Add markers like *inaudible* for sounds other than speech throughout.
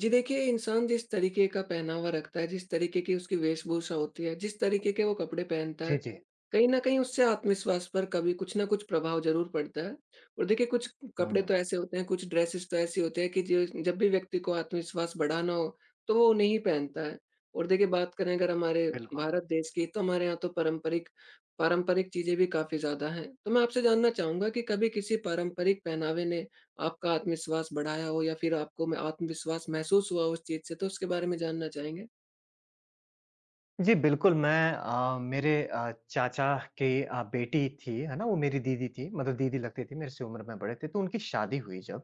जी देखिए, इंसान जिस तरीके का पहनावा रखता है, जिस तरीके की उसकी वेशभूषा होती है, जिस तरीके के वो कपड़े पहनता जी, है, जी। कहीं न कहीं उससे आत्मविश्वास पर कभी कुछ न कुछ प्रभाव ज़रूर पड़ता है। और देखिए कुछ कपड़े हुँ, तो ऐसे होते हैं, कुछ ड्रेसेस तो ऐसी होते हैं कि ज जब भी व्यक्ति को आत्मविश्वास बढ़ाना हो, तो वो उन्हें ही पहनता है। और देखिए बात करें अगर हमारे बिल्कुल। भारत देश की, तो हमारे यहाँ तो पारंपरिक पारंपरिक चीज़ें भी काफ़ी ज़्यादा हैं। तो मैं आपसे जानना चाहूँगा कि कभी किसी पारंपरिक पहनावे ने आपका आत्मविश्वास बढ़ाया हो या फिर आपको में आत्मविश्वास महसूस हुआ हो उस चीज़ से, तो उसके बारे में जानना चाहेंगे? जी, बिल्कुल मैं मेरे चाचा की बेटी थी, है ना? वो मेरी दीदी थी, मतलब दीदी लगती थी, मेरे से उम्र में बड़े थे, तो उनकी शादी हुई जब,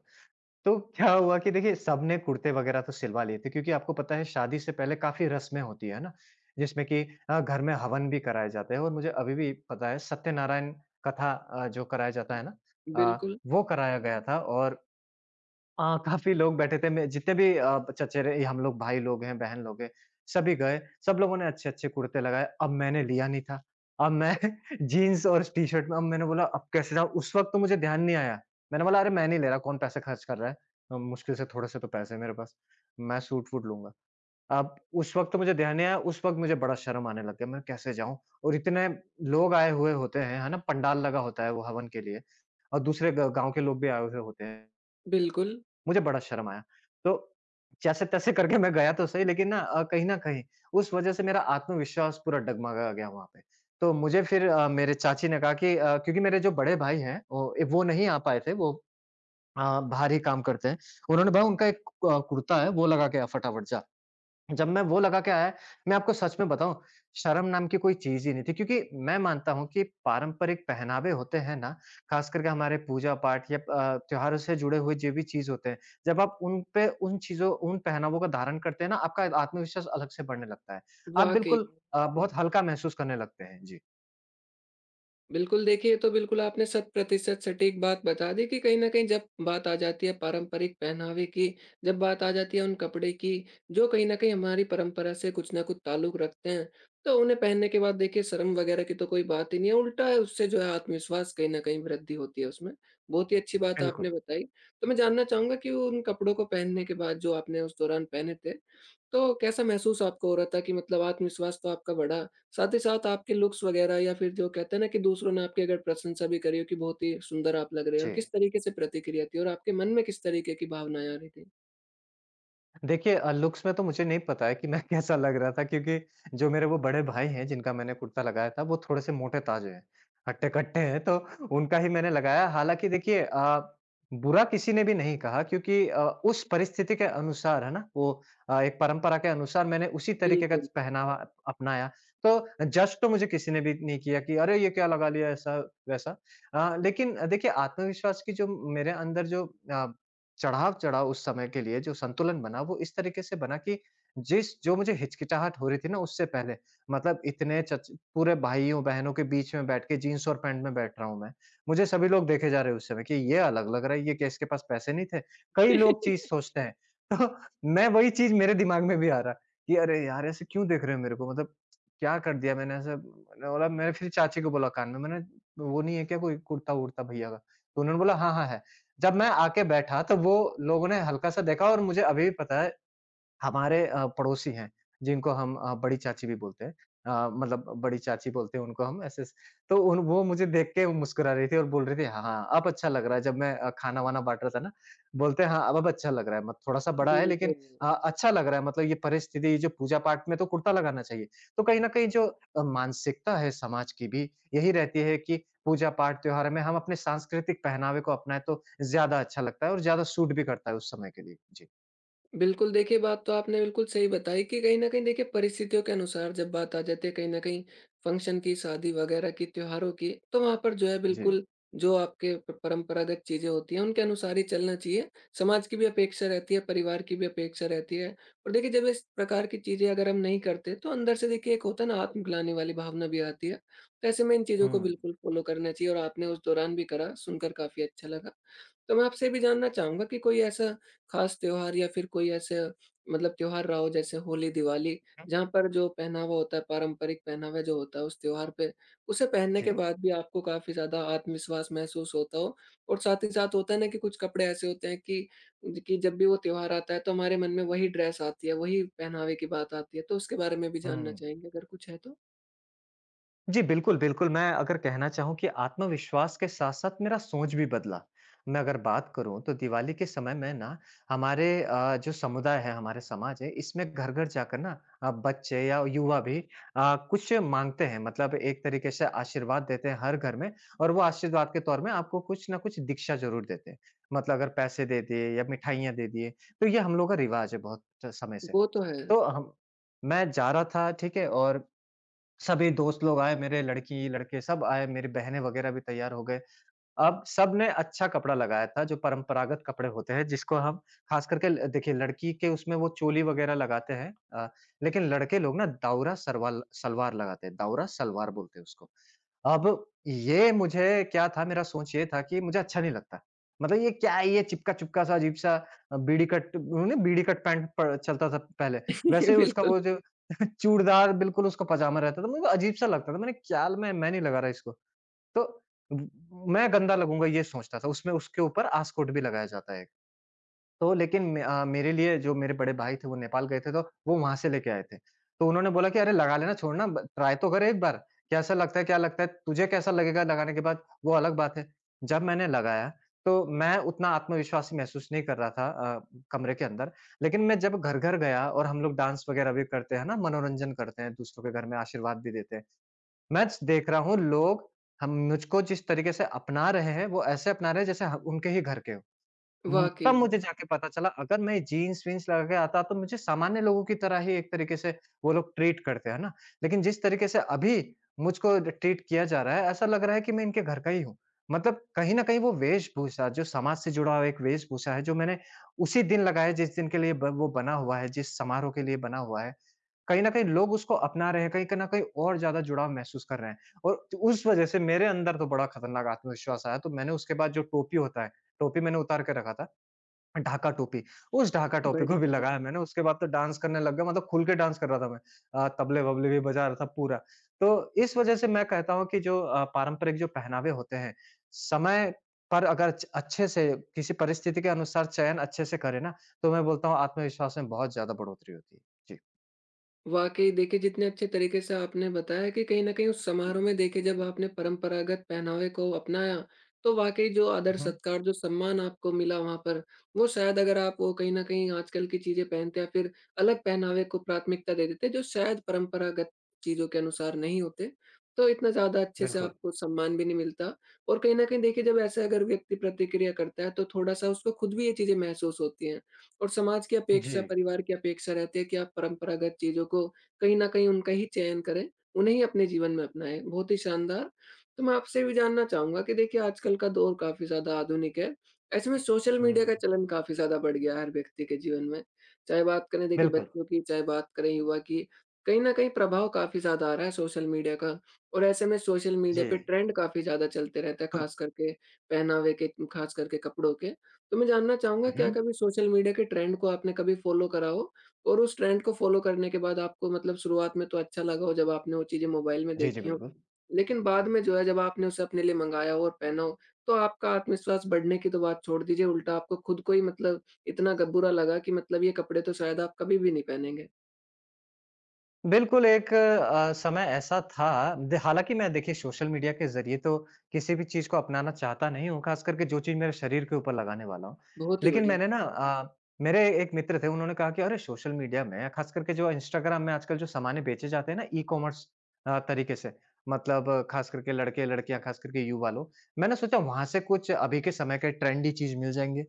तो क्या हुआ कि देखिए सबने कुर्ते वगैरह तो सिलवा लिए थे क्योंकि आपको पता है शादी से पहले काफ़ी रस्में होती है ना? जिसमें कि घर में हवन भी कराए जाते हैं और मुझे अभी भी पता है सत्यनारायण कथा जो कराया जाता है ना? बिल्कुल, वो कराया गया था और काफ़ी लोग बैठे थे। मैं जितने भी चचेरे हम लोग भाई लोग हैं, बहन लोग हैं, सभी गए। सब लोगों ने अच्छे-अच्छे कुर्ते लगाए। अब मैंने लिया नहीं था। अब मैं *laughs* जीन्स और टी-शर्ट में अब मैंने बोला अब कैसे जाऊँ? उस वक़्त तो मुझे ध्यान नहीं आया। मैंने बोला अरे मैं नहीं ले रहा, कौन पैसे खर्च कर रहा है? मुश्किल से थोड़े से तो पैसे हैं मेरे पास। मैं सूट-वूट लूँगा। अब उस वक़्त तो मुझे ध्यान नहीं आया, उस वक़्त मुझे बड़ा शर्म आने लग गया। मैं कैसे जाऊँ? और इतने लोग आए हुए होते हैं, है ना? पंडाल लगा होता है वो हवन के लिए और दूसरे ग गाँव के लोग भी आए हुए होते हैं। बिल्कुल, मुझे बड़ा शर्म आया। तो जैसे-तैसे करके मैं गया तो सही लेकिन ना, कहीं न कहीं उस वज़ह से मेरा आत्मविश्वास पूरा डगमगा गया वहाँ पे। तो मुझे फिर मेरे चाची ने कहा कि क्योंकि मेरे जो बड़े भाई हैं वो नहीं आ पाए थे, वो बाहर ही काम करते हैं। उन्होंने बोला उनका एक कुर्ता है, वो लगा के आ, फटाफट जा। जब मैं वो लगा के आया, मैं आपको सच में बताऊँ, शर्म नाम की कोई चीज़ ही नहीं थी क्योंकि मैं मानता हूँ कि पारंपरिक पहनावे होते हैं ना, ख़ास करके हमारे पूजा-पाठ या त्योहारों से जुड़े हुए जो भी चीज़ होते हैं, जब आप उन पे उन चीज़ों उन पहनावों का धारण करते हैं ना, आपका आत्मविश्वास अलग से बढ़ने लगता है। आप वाक़ई। बिल्कुल बहुत हल्का महसूस करने लगते हैं। जी, बिल्कुल, देखिए, ये तो बिल्कुल आपने शत प्रतिशत सटीक बात बता दी कि कहीं न कहीं जब बात आ जाती है पारंपरिक पहनावे की, जब बात आ जाती है उन कपड़े की, जो कहीं न कहीं हमारी परंपरा से कुछ न कुछ ताल्लुक रखते हैं, तो उन्हें पहनने के बाद देखिए शर्म वगैरह की तो कोई बात ही नहीं है, उल्टा है उससे जो है आत्मविश्वास कहीं न कहीं वृद्धि होती है उसमें। बहुत ही अच्छी बात बिल्कुल। आपने बताई। तो मैं जानना चाहूँगा कि उन कपड़ों को पहनने के बाद जो आपने उस दौरान पहने थे, तो कैसा महसूस आपको हो रहा था कि मतलब आत्मविश्वास तो आपका बढ़ा, साथ ही साथ आपके लुक्स वगैरह या फिर जो कहते हैं ना कि दूसरों ने आपकी अगर प्रशंसा भी करी हो कि बहुत ही सुंदर आप लग रहे जी। हो, किस तरीके से प्रतिक्रिया थी और आपके मन में किस तरीके की भावनाएँ आ रही थी? देखिए लुक्स में तो मुझे नहीं पता है कि मैं *laughs* कैसा लग रहा था क्योंकि जो मेरे वो बड़े भाई हैं जिनका मैंने कुर्ता लगाया था वो थोड़े से मोटे ताजे हैं, हट्टे-कट्टे हैं, तो उनका ही मैंने लगाया। हालाँकि देखिए बुरा किसी ने भी नहीं कहा क्योंकि उस परिस्थिति के अनुसार है ना, वो एक परंपरा के अनुसार मैंने उसी तरीके का बिल्कुल, पहनावा अपनाया। तो जज तो मुझे किसी ने भी नहीं किया कि अरे ये क्या लगा लिया ऐसा वैसा। लेकिन देखिए आत्मविश्वास की जो मेरे अंदर जो अ चढ़ाव-चढ़ा उस समय के लिए जो संतुलन बना वो इस तरीके से बना कि जिस जो मुझे हिचकिचाहट हो रही थी ना उससे पहले, मतलब इतने चच पूरे भाइयों-बहनों के बीच में बैठ के जीन्स और पैंट में बैठ रहा हूँ मैं। मुझे सभी लोग देखे जा रहे हैं उस समय कि ये अलग लग रहा है, ये क्या इसके पास पैसे नहीं थे? कई लोग चीज़ सोचते हैं। *laughs* तो मैं वही चीज़ मेरे दिमाग में भी आ रहा है कि अरे यार! ऐसे क्यों देख रहे हो मेरे को, मतलब क्या कर दिया मैंने ऐसा? मैंने फिर चाची को बोला कान में मैंने, "वो नहीं है क्या कोई कुर्ता-वुर्ता भैया का?" तो उन्होंने बोला, "हाँ, हाँ है।" जब मैं आके बैठा तो वो लोगों ने हल्का-सा देखा और मुझे अभी भी पता है हमारे पड़ोसी हैं, जिनको हम बड़ी चाची भी बोलते हैं। मतलब बड़ी चाची बोलते हैं उनको हम ऐसे स तो उन वो मुझे देख के मुस्कुरा रही थी और बोल रही थी, "हाँ, हाँ अब अच्छा लग रहा है।" जब मैं खाना-वाना बाँट रहा था ना, बोलते हैं, "हाँ, अब अच्छा लग रहा है।" मत थोड़ा-सा बड़ा है लेकिन बिल्कुल। अच्छा लग रहा है, मतलब ये परिस्थिति, ये जो पूजा-पाठ में तो कुर्ता लगाना चाहिए। तो कहीं न कहीं जो मानसिकता है समाज की भी, यही रहती है कि पूजा-पाठ, त्योहार में हम अपने सांस्कृतिक पहनावे को अपनाएँ तो ज़्यादा अच्छा लगता है और ज़्यादा सूट भी करता है उस समय के लिए। जी। बिल्कुल, देखिए बात तो आपने बिल्कुल सही बताई कि कहीं न कहीं देखिए परिस्थितियों के अनुसार जब बात आ जाती है कहीं न कहीं फंक्शन की, शादी वगैरह की, त्योहारों की, तो वहाँ पर जो है जी। बिल्कुल जो आपके प परंपरागत चीज़ें होती हैं उनके अनुसार ही चलना चाहिए। समाज की भी अपेक्षा रहती है, परिवार की भी अपेक्षा रहती है, और देखिए जब इस प्रकार की चीज़ें अगर हम नहीं करते तो अंदर से देखिए एक होता है ना आत्मग्लानि वाली भावना भी आती है। तो ऐसे में इन चीज़ों को हुँ। बिल्कुल फ़ॉलो करना चाहिए, और आपने उस दौरान भी करा, सुनकर काफ़ी अच्छा लगा। तो मैं आपसे ये भी जानना चाहूँगा कि कोई ऐसा खास त्योहार या फिर कोई ऐसे मतलब त्योहार रहा हो जैसे होली, दिवाली, जहाँ पर जो पहनावा होता है, पारंपरिक पहनावा जो होता है उस त्योहार पे, उसे पहनने के जी। बाद भी आपको काफ़ी ज़्यादा आत्मविश्वास महसूस होता हो? और साथ ही साथ होता है ना कि कुछ कपड़े ऐसे होते हैं कि जब भी वो त्योहार आता है तो हमारे मन में वही ड्रेस आती है, वही पहनावे की बात आती है, तो उसके बारे में भी जानना हुँ। चाहेंगे अगर कुछ है तो? जी, बिल्कुल, बिल्कुल, मैं अगर कहना चाहूँ कि आत्मविश्वास के साथ-साथ मेरा सोच भी बदला। मैं अगर बात करूँ तो दिवाली के समय में ना हमारे जो समुदाय है, हमारे समाज है, इसमें घर-घर जाकर ना बच्चे या युवा भी कुछ माँगते हैं, मतलब एक तरीके से आशीर्वाद देते हैं हर घर में और वो आशीर्वाद के तौर में आपको कुछ न कुछ दीक्षा ज़रूर देते हैं। मतलब अगर पैसे दे दिए या मिठाइयाँ दे दिए, तो ये हम लोग का रिवाज़ है बहुत समय से। वो तो है। तो हम मैं जा रहा था, ठीक है? और सभी दोस्त लोग आए मेरे, लड़की-लड़के सब आए, मेरी बहनें वगैरह भी तैयार हो गए। अब सबने अच्छा कपड़ा लगाया था, जो परंपरागत कपड़े होते हैं, जिसको हम ख़ास करके ल देखिए लड़की के उसमें वो चोली वगैरह लगाते हैं, लेकिन लड़के लोग ना दाउरा सरवाल सलवार लगाते हैं, दाउरा सलवार बोलते हैं उसको। अब ये मुझे क्या था, मेरा सोच ये था कि मुझे अच्छा नहीं लगता। मतलब ये क्या है, ये चिपका-चिपका सा अजीब-सा, बीड़ी कट वो नहीं बीड़ी कट पैंट प चलता था पहले, वैसे *laughs* ही उसका बिल्कुल, वो जो *laughs* चूड़दार बिल्कुल उसका पजामा रहता था, मुझे अजीब-सा लगता था। मैंने क्या मैं नहीं लगा रहा इसको। तो ब मैं गंदा लगूँगा ये सोचता था, उसमें उसके ऊपर आस्कोट भी लगाया जाता है। तो लेकिन मेरे लिए जो मेरे बड़े भाई थे वो नेपाल गए थे, तो वो वहाँ से लेके आए थे। तो उन्होंने बोला कि अरे लगा लेना, छोड़ ना ब ट्राई तो कर एक बार, कैसा लगता है, क्या लगता है? तुझे कैसा लगेगा लगाने के बाद वो अलग बात है। जब मैंने लगाया तो मैं उतना आत्मविश्वासी महसूस नहीं कर रहा था, अ, कमरे के अंदर। लेकिन मैं जब घर-घर गया और हम लोग डांस वगैरह भी करते हैं ना, मनोरंजन करते हैं, दूसरों के घर में आशीर्वाद भी देते हैं। मैं च देख रहा हूँ लोग हम मुझको जिस तरीके से अपना रहे हैं, वो ऐसे अपना रहे हैं जैसे ह उनके ही घर के हों। मु वाक़ई, तब मुझे जाके पता चला अगर मैं जीन्स-वीन्स लगा के आता तो मुझे सामान्य लोगों की तरह ही एक तरीके से वो लोग ट्रीट करते हैं ना। लेकिन जिस तरीके से अभी मुझको ट्रीट किया जा रहा है ऐसा लग रहा है कि मैं इनके घर का ही हूँ। मतलब कहीं न कहीं वो वेशभूषा जो समाज से जुड़ा हुआ एक वेशभूषा है जो मैंने उसी दिन लगाया जिस दिन के लिए ब वो बना हुआ है, जिस समारोह के लिए बना हुआ है। कहीं न कहीं लोग उसको अपना रहे हैं, कहीं क न कहीं और ज़्यादा जुड़ाव महसूस कर रहे हैं। और तो उस वज़ह से मेरे अंदर तो बड़ा खतरनाक आत्मविश्वास आया, तो मैंने उसके बाद जो टोपी होता है, टोपी मैंने उतार के रखा था। ढाका टोपी, उस ढाका टोपी को भी बढ़िया। लगाया मैंने, उसके बाद तो डांस करने लग गया, मतलब खुल के डांस कर रहा था मैं। तबले-वबले भी बजा रहा था पूरा। तो इस वज़ह से मैं कहता हूँ कि जो पारंपरिक जो पहनावे होते हैं, समय पर अगर च अच्छे से किसी परिस्थिति के अनुसार चयन अच्छे से करें ना, तो मैं बोलता हूँ आत्मविश्वास में बहुत ज़्यादा बढ़ोतरी होती है। जी। वाक़ई देखिए, जितने अच्छे तरीके से आपने बताया कि कहीं न कहीं उस समारोह में देखिए जब आपने परंपरागत पहनावे को अपनाया, तो वाक़ई जो आदर हुँ, सत्कार, जो सम्मान आपको मिला वहाँ पर, वो शायद अगर आप वो कहीं न कहीं आजकल की चीज़ें पहनते या फिर अलग पहनावे को प्राथमिकता दे देते, जो शायद परंपरागत चीज़ों के अनुसार नहीं होते, तो इतना ज़्यादा अच्छे से बिल्कुल। आपको सम्मान भी नहीं मिलता। और कहीं न कहीं देखिए जब ऐसे अगर व्यक्ति प्रतिक्रिया करता है, तो थोड़ा-सा उसको खुद भी ये चीज़ें महसूस होती हैं। और समाज की जी। अपेक्षा, परिवार की अपेक्षा रहती है कि आप परंपरागत चीज़ों को कहीं न कहीं उनका ही चयन करें, उन्हें ही अपने जीवन में अपनाएँ। बहुत ही शानदार! तो मैं आपसे भी जानना चाहूँगा कि देखिए आजकल का दौर काफ़ी ज़्यादा आधुनिक है। ऐसे में सोशल मीडिया हुँ, का चलन काफ़ी ज़्यादा बढ़ गया है हर व्यक्ति के जीवन में। चाहे बात करें देखिए बिल्कुल। बच्चों की, चाहे बात करें युवा की, कहीं न कहीं प्रभाव काफ़ी ज़्यादा आ रहा है सोशल मीडिया का। और ऐसे में सोशल मीडिया जी। पे ट्रेंड काफ़ी ज़्यादा चलते रहते हैं, खास *laughs* करके पहनावे के, खास करके कपड़ों के। तो मैं जानना चाहूँगा, हुँ, क्या हुँ। कभी सोशल मीडिया के ट्रेंड को आपने कभी फ़ॉलो करा हो? और उस ट्रेंड को फ़ॉलो करने के बाद आपको मतलब शुरुआत में तो अच्छा लगा हो जब आपने वो चीज़ें मोबाइल में जी, जी, देखी हों। बिल्कुल। लेकिन बाद में जो है जब आपने उसे अपने लिए मँगाया हो और पहना हो, तो आपका आत्मविश्वास बढ़ने की तो बात छोड़ दीजिए, उल्टा आपको खुद को ही मतलब इतना ग बुरा लगा कि मतलब ये कपड़े तो शायद आप कभी भी नहीं पहनेंगे। बिल्कुल, एक समय ऐसा था द हालाँकि मैं देखिए सोशल मीडिया के ज़रिए तो किसी भी चीज़ को अपनाना चाहता नहीं हूँ, ख़ास करके जो चीज़ मेरे शरीर के ऊपर लगाने वाला हूँ। बहुत ही लेकिन बढ़िया। मैंने ना मेरे एक मित्र थे उन्होंने कहा कि अरे! सोशल मीडिया में ख़ास करके जो इंस्टाग्राम में आजकल जो सामान बेचे जाते हैं ना, ई-कॉमर्स तरीके से, मतलब ख़ास करके लड़के-लड़कियाँ, ख़ास करके युवा लोग, मैंने सोचा वहाँ से कुछ अभी के समय के ट्रेंडी चीज़ मिल जाएँगे।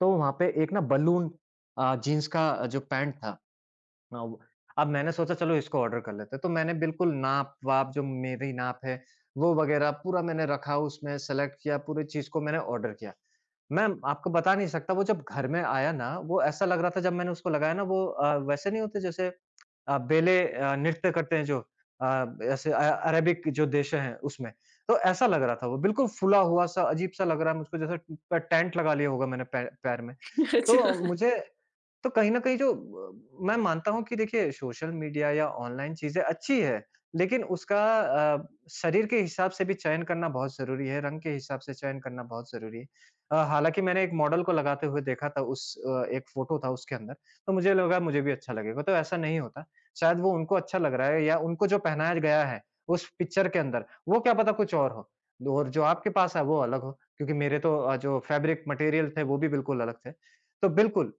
तो वहाँ पे एक ना बलून जीन्स का जो पैंट था, हाँ, वो। अब मैंने सोचा चलो इसको ऑर्डर कर लेते हैं, तो मैंने बिल्कुल नाप-वाप, जो मेरी नाप है, वो वगैरह पूरा मैंने रखा, उसमें सेलेक्ट किया, पूरी चीज़ को मैंने ऑर्डर किया। मैं आपको बता नहीं सकता, वो जब घर में आया ना, वो ऐसा लग रहा था। जब मैंने उसको लगाया ना, वो वैसे नहीं होते जैसे बेले नृत्य करते हैं जो, अ, ऐसे अरेबिक जो देश हैं उसमें। तो ऐसा लग रहा था वो, बिल्कुल फूला हुआ-सा, अजीब-सा लग रहा है मुझको, जैसे प टेंट लगा लिया होगा मैंने पै पैर में। *laughs* तो अच्छा। मुझे तो कहीं न कहीं जो मैं मानता हूँ कि देखिए सोशल मीडिया या ऑनलाइन चीज़ें अच्छी है, लेकिन उसका अ, शरीर के हिसाब से भी चयन करना बहुत ज़रूरी है, रंग के हिसाब से चयन करना बहुत ज़रूरी है। हालाँकि मैंने एक मॉडल को लगाते हुए देखा था, उस एक फ़ोटो था उसके अंदर, तो मुझे लगा मुझे भी अच्छा लगेगा, तो ऐसा नहीं होता। शायद वो उनको अच्छा लग रहा है, या उनको जो पहनाया गया है उस पिक्चर के अंदर, वो क्या पता कुछ और हो, और जो आपके पास है वो अलग हो, क्योंकि मेरे तो जो फैब्रिक मटेरियल थे वो भी बिल्कुल अलग थे। तो बिल्कुल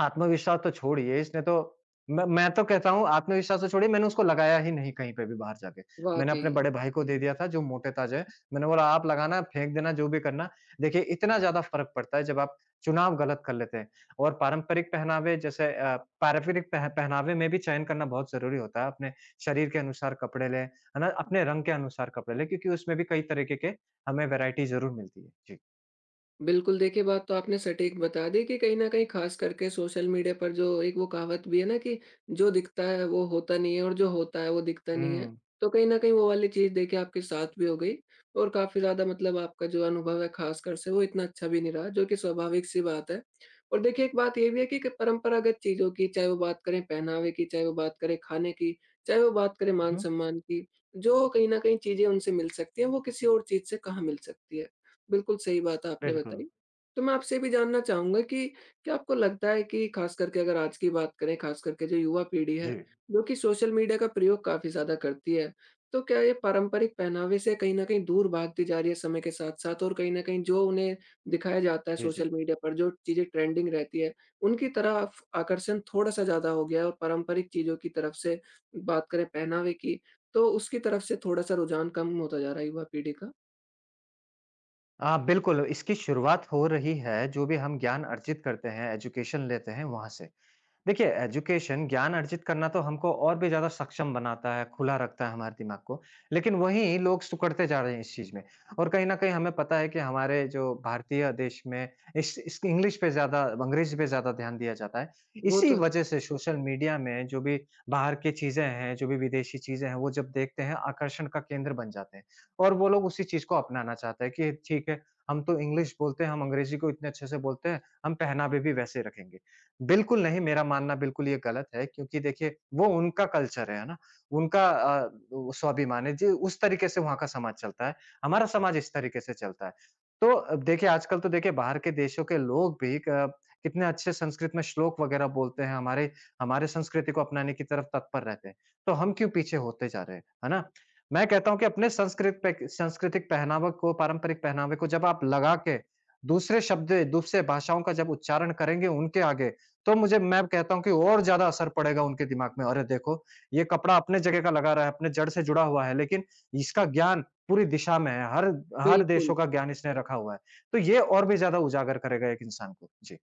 आत्मविश्वास तो छोड़िए, इसने तो मैं तो कहता हूँ आत्मविश्वास तो छोड़िए, मैंने उसको लगाया ही नहीं, कहीं पे भी बाहर जाके। मैंने वाक़ई। अपने बड़े भाई को दे दिया था, जो मोटे-ताजे हैं। मैंने बोला, "आप लगाना, फेंक देना, जो भी करना।" देखिए, इतना ज़्यादा फ़र्क पड़ता है जब आप चुनाव गलत कर लेते हैं, और पारंपरिक पहनावे जैसे पारंपरिक पह पहनावे में भी चयन करना बहुत ज़रूरी होता है। अपने शरीर के अनुसार कपड़े लें, है ना? अपने रंग के अनुसार कपड़े लें, क्योंकि उसमें भी कई तरीके के हमें वैरायटी ज़रूर मिलती है। जी। बिल्कुल, देखिए बात तो आपने सटीक बता दी कि कहीं न कहीं ख़ास करके सोशल मीडिया पर जो एक वो कहावत भी है ना कि जो दिखता है वो होता नहीं है और जो होता है वो दिखता नहीं है। हुँ। तो कहीं न कहीं वो वाली चीज़ देखिए आपके साथ भी हो गई, और काफ़ी ज़्यादा मतलब आपका जो अनुभव है ख़ासकर से वो इतना अच्छा भी नहीं रहा, जो कि स्वाभाविक-सी बात है। और देखिए एक बात ये भी है कि क परंपरागत चीज़ों की, चाहे वो बात करें पहनावे की, चाहे वो बात करें खाने की, चाहे वो बात करें हुँ, मान-सम्मान की, जो कहीं न कहीं चीज़ें उनसे मिल सकती हैं, वो किसी और चीज़ से कहाँ मिल सकती है। बिल्कुल सही बात आपने बिल्कुल। बताई। तो मैं आपसे ये भी जानना चाहूँगा कि क्या आपको लगता है कि ख़ास करके अगर आज की बात करें, ख़ास करके जो युवा पीढ़ी जी। है, जो कि सोशल मीडिया का प्रयोग काफ़ी ज़्यादा करती है, तो क्या ये पारंपरिक पहनावे से कहीं न कहीं दूर भागती जा रही है समय के साथ-साथ, और कहीं न कहीं जो उन्हें दिखाया जाता है जी, जी। सोशल मीडिया पर, जो चीज़ें ट्रेंडिंग रहती है, उनकी तरफ आकर्षण थोड़ा-सा ज़्यादा हो गया है और पारंपरिक चीज़ों की तरफ से, बात करें पहनावे की, तो उसकी तरफ से थोड़ा-सा रुझान कम होता जा रहा है युवा पीढ़ी का? हाँ, बिल्कुल, इसकी शुरुआत हो रही है, जो भी हम ज्ञान अर्जित करते हैं, एजुकेशन लेते हैं, वहाँ से। देखिए, एजुकेशन ज्ञान अर्जित करना तो हमको और भी ज़्यादा सक्षम बनाता है, खुला रखता है हमारे दिमाग को। लेकिन वहीं लोग सिकुड़ते जा रहे हैं इस चीज़ में, और कहीं न कहीं हमें पता है कि हमारे जो भारतीय देश में इस इंग्लिश पे ज़्यादा, अंग्रेज़ी पे ज़्यादा ध्यान दिया जाता है। वो इसी तो है। वज़ह से सोशल मीडिया में जो भी बाहर की चीज़ें हैं, जो भी विदेशी चीज़ें हैं, वो जब देखते हैं, आकर्षण का केंद्र बन जाते हैं, और वो लोग उसी चीज़ को अपनाना चाहते हैं कि ठीक है, हम तो इंग्लिश बोलते हैं, हम अंग्रेज़ी को इतने अच्छे से बोलते हैं, हम पहनावे भी वैसे रखेंगे। बिल्कुल नहीं, मेरा मानना बिल्कुल ये गलत है, क्योंकि देखिए वो उनका कल्चर है ना? उनका वो स्वाभिमान है जी, उस तरीके से वहाँ का समाज चलता है, हमारा समाज इस तरीके से चलता है। तो देखिए आजकल तो देखिए बाहर के देशों के लोग भी क कितने अच्छे संस्कृत में श्लोक वगैरह बोलते हैं, हमारे हमारे संस्कृति को अपनाने की तरफ तत्पर रहते हैं, तो हम क्यों पीछे होते जा रहे हैं, है ना? मैं कहता हूँ कि अपने संस्कृत पे सांस्कृतिक पहनावा को, पारंपरिक पहनावे को, जब आप लगा के दूसरे शब्द, दूसरे भाषाओं का जब उच्चारण करेंगे उनके आगे, तो मुझे मैं कहता हूँ कि और ज़्यादा असर पड़ेगा उनके दिमाग में, "अरे देखो, ये कपड़ा अपने जगह का लगा रहा है, अपने जड़ से जुड़ा हुआ है, लेकिन इसका ज्ञान पूरी दिशा में है, हर हर बिल्कुल। देशों का ज्ञान इसने रखा हुआ है।" तो ये और भी ज़्यादा उजागर करेगा एक इंसान को। जी।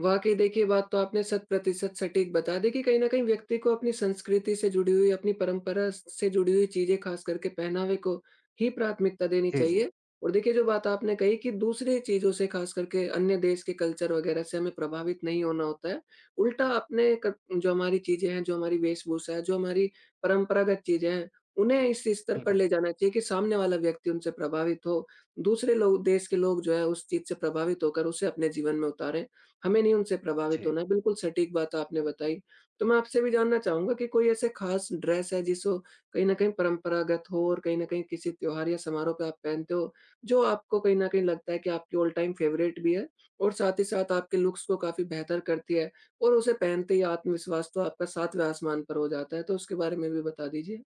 वाकई देखिए, बात तो आपने शत प्रतिशत सटीक बता दी कि कहीं न कहीं व्यक्ति को अपनी संस्कृति से जुड़ी हुई, अपनी परंपरा से जुड़ी हुई चीज़ें, ख़ास करके पहनावे को ही प्राथमिकता देनी जी, जी। चाहिए। और देखिए जो बात आपने कही कि दूसरी चीज़ों से, ख़ास करके अन्य देश के कल्चर वग़ैरह से हमें प्रभावित नहीं होना होता है। उल्टा अपने क जो हमारी चीज़ें हैं, जो हमारी वेशभूषा है, जो हमारी परंपरागत चीज़ें हैं, उन्हें इस स्तर पर बिल्कुल। ले जाना चाहिए कि सामने वाला व्यक्ति उनसे प्रभावित हो। दूसरे लोग, देश के लोग जो है, उस चीज़ से प्रभावित होकर उसे अपने जीवन में उतारें। हमें नहीं उनसे प्रभावित जी। होना है, बिल्कुल सटीक बात आपने बताई। तो मैं आपसे भी जानना चाहूँगा कि कोई ऐसे ख़ास ड्रेस है जिसको कहीं न कहीं परंपरागत हो और कहीं न कहीं किसी त्योहार या समारोह पे आप पहनते हो, जो आपको कहीं न कहीं लगता है कि आपकी ऑल टाइम फ़ेवरेट भी है और साथ ही साथ आपके लुक्स को काफ़ी बेहतर करती है और उसे पहनते ही आत्मविश्वास तो आपका सातवें आसमान पर हो जाता है, तो उसके बारे में भी बता दीजिए?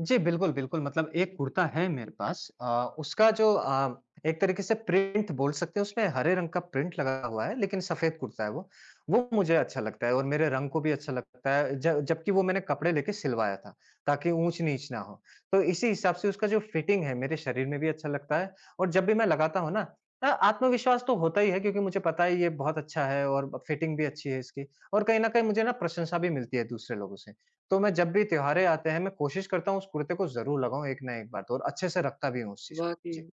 जी, बिल्कुल, बिल्कुल। मतलब एक कुर्ता है मेरे पास, उसका जो एक तरीके से प्रिंट बोल सकते हैं, उसमें हरे रंग का प्रिंट लगा हुआ है, लेकिन सफ़ेद कुर्ता है वो। वो मुझे अच्छा लगता है, और मेरे रंग को भी अच्छा लगता है, ज जबकि वो मैंने कपड़े लेके सिलवाया था, ताकि ऊँच-नीच ना हो। तो इसी हिसाब से उसका जो फिटिंग है मेरे शरीर में भी अच्छा लगता है, और जब भी मैं लगाता हूँ ना, आत्मविश्वास तो होता ही है, क्योंकि मुझे पता है ये बहुत अच्छा है, और ब फिटिंग भी अच्छी है इसकी, और कहीं न कहीं मुझे ना प्रशंसा भी मिलती है दूसरे लोगों से। तो मैं जब भी त्योहारें आते हैं, मैं कोशिश करता हूँ उस कुर्ते को ज़रूर लगाऊँ एक ना एक बार तो, और अच्छे से रखता भी हूँ उस चीज़ को। जी। वाक़ई।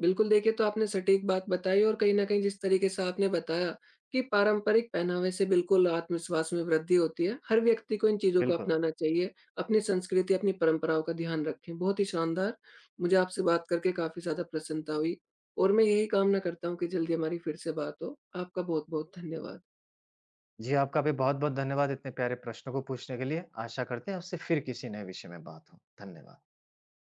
बिल्कुल, देखिए, तो आपने सटीक बात बताई, और कहीं न कहीं जिस तरीके से आपने बताया कि पारंपरिक पहनावे से बिल्कुल आत्मविश्वास में वृद्धि होती है। हर व्यक्ति को इन चीज़ों को बिल्कुल। अपनाना चाहिए, अपनी संस्कृति, अपनी परंपराओं का ध्यान रखें। बहुत ही शानदार! मुझे आपसे बात करके काफ़ी ज़्यादा प्रसन्नता हुई, और मैं यही कामना करता हूँ कि जल्दी हमारी फिर से बात हो। आपका बहुत-बहुत धन्यवाद। जी, आपका भी बहुत-बहुत धन्यवाद इतने प्यारे प्रश्नों को पूछने के लिए। आशा करते हैं आपसे फिर किसी नए विषय में बात हो। धन्यवाद।